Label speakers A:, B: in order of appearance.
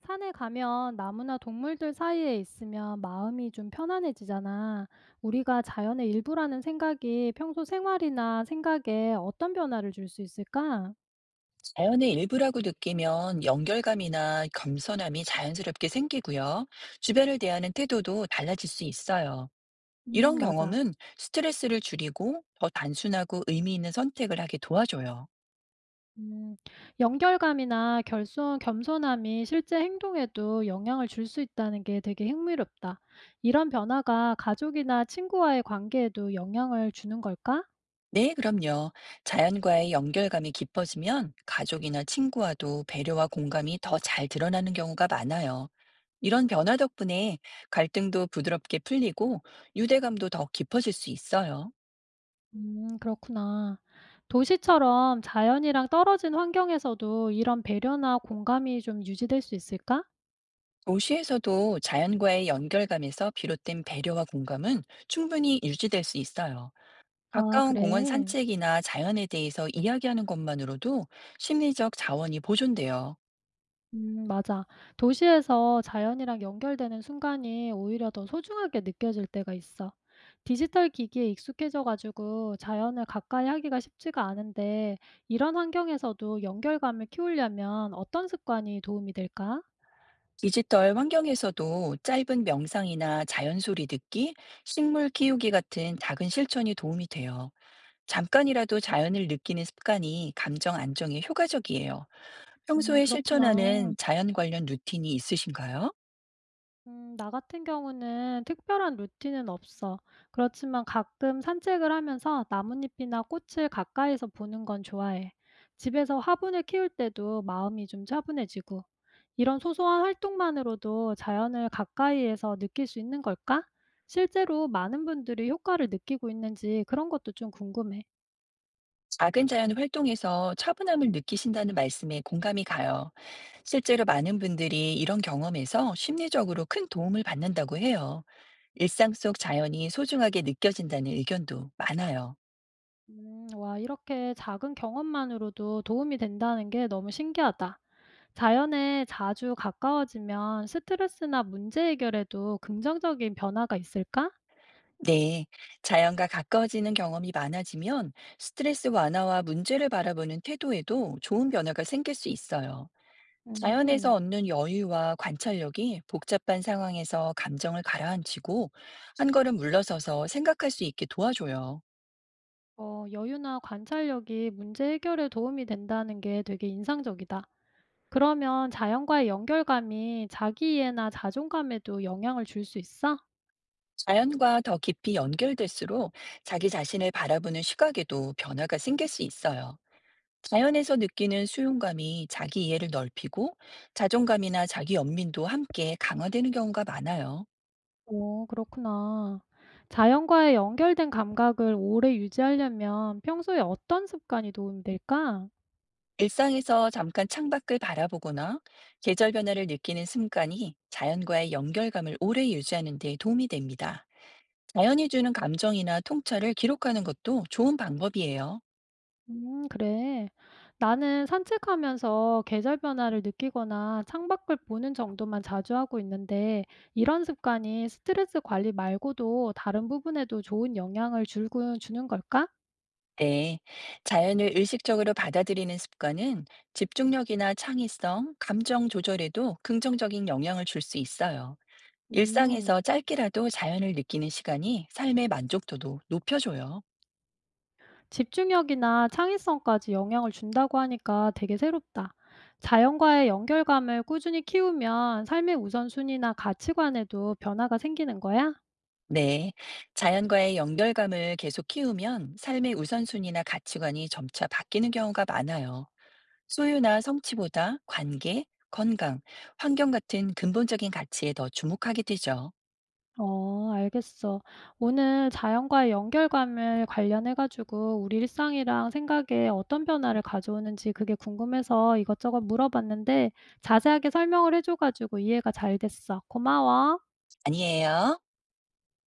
A: 산에 가면 나무나 동물들 사이에 있으면 마음이 좀 편안해지잖아. 우리가 자연의 일부라는 생각이 평소 생활이나 생각에 어떤 변화를 줄 수 있을까?
B: 자연의 일부라고 느끼면 연결감이나 겸손함이 자연스럽게 생기고요. 주변을 대하는 태도도 달라질 수 있어요. 이런
A: 맞아.
B: 경험은 스트레스를 줄이고 더 단순하고 의미 있는 선택을 하게 도와줘요.
A: 음, 연결감이나 결손, 겸손함이 실제 행동에도 영향을 줄 수 있다는 게 되게 흥미롭다. 이런 변화가 가족이나 친구와의 관계에도 영향을 주는 걸까?
B: 네, 그럼요. 자연과의 연결감이 깊어지면 가족이나 친구와도 배려와 공감이 더 잘 드러나는 경우가 많아요. 이런 변화 덕분에 갈등도 부드럽게 풀리고 유대감도 더 깊어질 수 있어요.
A: 음, 그렇구나. 도시처럼 자연이랑 떨어진 환경에서도 이런 배려나 공감이 좀 유지될 수 있을까?
B: 도시에서도 자연과의 연결감에서 비롯된 배려와 공감은 충분히 유지될 수 있어요.
A: 아
B: 가까운 공원
A: 그래.
B: 산책이나 자연에 대해서 이야기하는 것만으로도 심리적 자원이 보존돼요.
A: 맞아. 도시에서 자연이랑 연결되는 순간이 오히려 더 소중하게 느껴질 때가 있어. 디지털 기기에 익숙해져 가지고 자연을 가까이 하기가 쉽지가 않은데 이런 환경에서도 연결감을 키우려면 어떤 습관이 도움이 될까?
B: 디지털 환경에서도 짧은 명상이나 자연 소리 듣기, 식물 키우기 같은 작은 실천이 도움이 돼요. 잠깐이라도 자연을 느끼는 습관이 감정 안정에 효과적이에요.
A: 음,
B: 평소에
A: 그렇구나.
B: 실천하는 자연 관련 루틴이 있으신가요?
A: 나 같은 경우는 특별한 루틴은 없어. 그렇지만 가끔 산책을 하면서 나뭇잎이나 꽃을 가까이서 보는 건 좋아해. 집에서 화분을 키울 때도 마음이 좀 차분해지고. 이런 소소한 활동만으로도 자연을 가까이에서 느낄 수 있는 걸까? 실제로 많은 분들이 효과를 느끼고 있는지 그런 것도 좀 궁금해.
B: 작은 자연 활동에서 차분함을 느끼신다는 말씀에 공감이 가요. 실제로 많은 분들이 이런 경험에서 심리적으로 큰 도움을 받는다고 해요. 일상 속 자연이 소중하게 느껴진다는 의견도 많아요.
A: 와, 이렇게 작은 경험만으로도 도움이 된다는 게 너무 신기하다. 자연에 자주 가까워지면 스트레스나 문제 해결에도 긍정적인 변화가 있을까?
B: 네. 자연과 가까워지는 경험이 많아지면 스트레스 완화와 문제를 바라보는 태도에도 좋은 변화가 생길 수 있어요. 자연에서
A: 음,
B: 얻는 여유와 관찰력이 복잡한 상황에서 감정을 가라앉히고 한 걸음 물러서서 생각할 수 있게 도와줘요.
A: 어, 여유나 관찰력이 문제 해결에 도움이 된다는 게 되게 인상적이다. 그러면 자연과의 연결감이 자기 이해나 자존감에도 영향을 줄 수 있어?
B: 자연과 더 깊이 연결될수록 자기 자신을 바라보는 시각에도 변화가 생길 수 있어요. 자연에서 느끼는 수용감이 자기 이해를 넓히고 자존감이나 자기 연민도 함께 강화되는 경우가 많아요.
A: 오, 그렇구나. 자연과의 연결된 감각을 오래 유지하려면 평소에 어떤 습관이 도움이 될까?
B: 일상에서 잠깐 창밖을 바라보거나 계절 변화를 느끼는 습관이 자연과의 연결감을 오래 유지하는 데 도움이 됩니다. 자연이 주는 감정이나 통찰을 기록하는 것도 좋은 방법이에요.
A: 그래. 나는 산책하면서 계절 변화를 느끼거나 창밖을 보는 정도만 자주 하고 있는데 이런 습관이 스트레스 관리 말고도 다른 부분에도 좋은 영향을 줄군 주는 걸까?
B: 네, 자연을 의식적으로 받아들이는 습관은 집중력이나 창의성, 감정 조절에도 긍정적인 영향을 줄 수 있어요.
A: 음,
B: 일상에서 짧게라도 자연을 느끼는 시간이 삶의 만족도도 높여줘요.
A: 집중력이나 창의성까지 영향을 준다고 하니까 되게 새롭다. 자연과의 연결감을 꾸준히 키우면 삶의 우선순위나 가치관에도 변화가 생기는 거야?
B: 네, 자연과의 연결감을 계속 키우면 삶의 우선순위나 가치관이 점차 바뀌는 경우가 많아요. 소유나 성취보다 관계, 건강, 환경 같은 근본적인 가치에 더 주목하게 되죠.
A: 어, 알겠어. 오늘 자연과의 연결감을 관련해 가지고 우리 일상이랑 생각에 어떤 변화를 가져오는지 그게 궁금해서 이것저것 물어봤는데 자세하게 설명을 해줘 가지고 이해가 잘 됐어. 고마워.
B: 아니에요.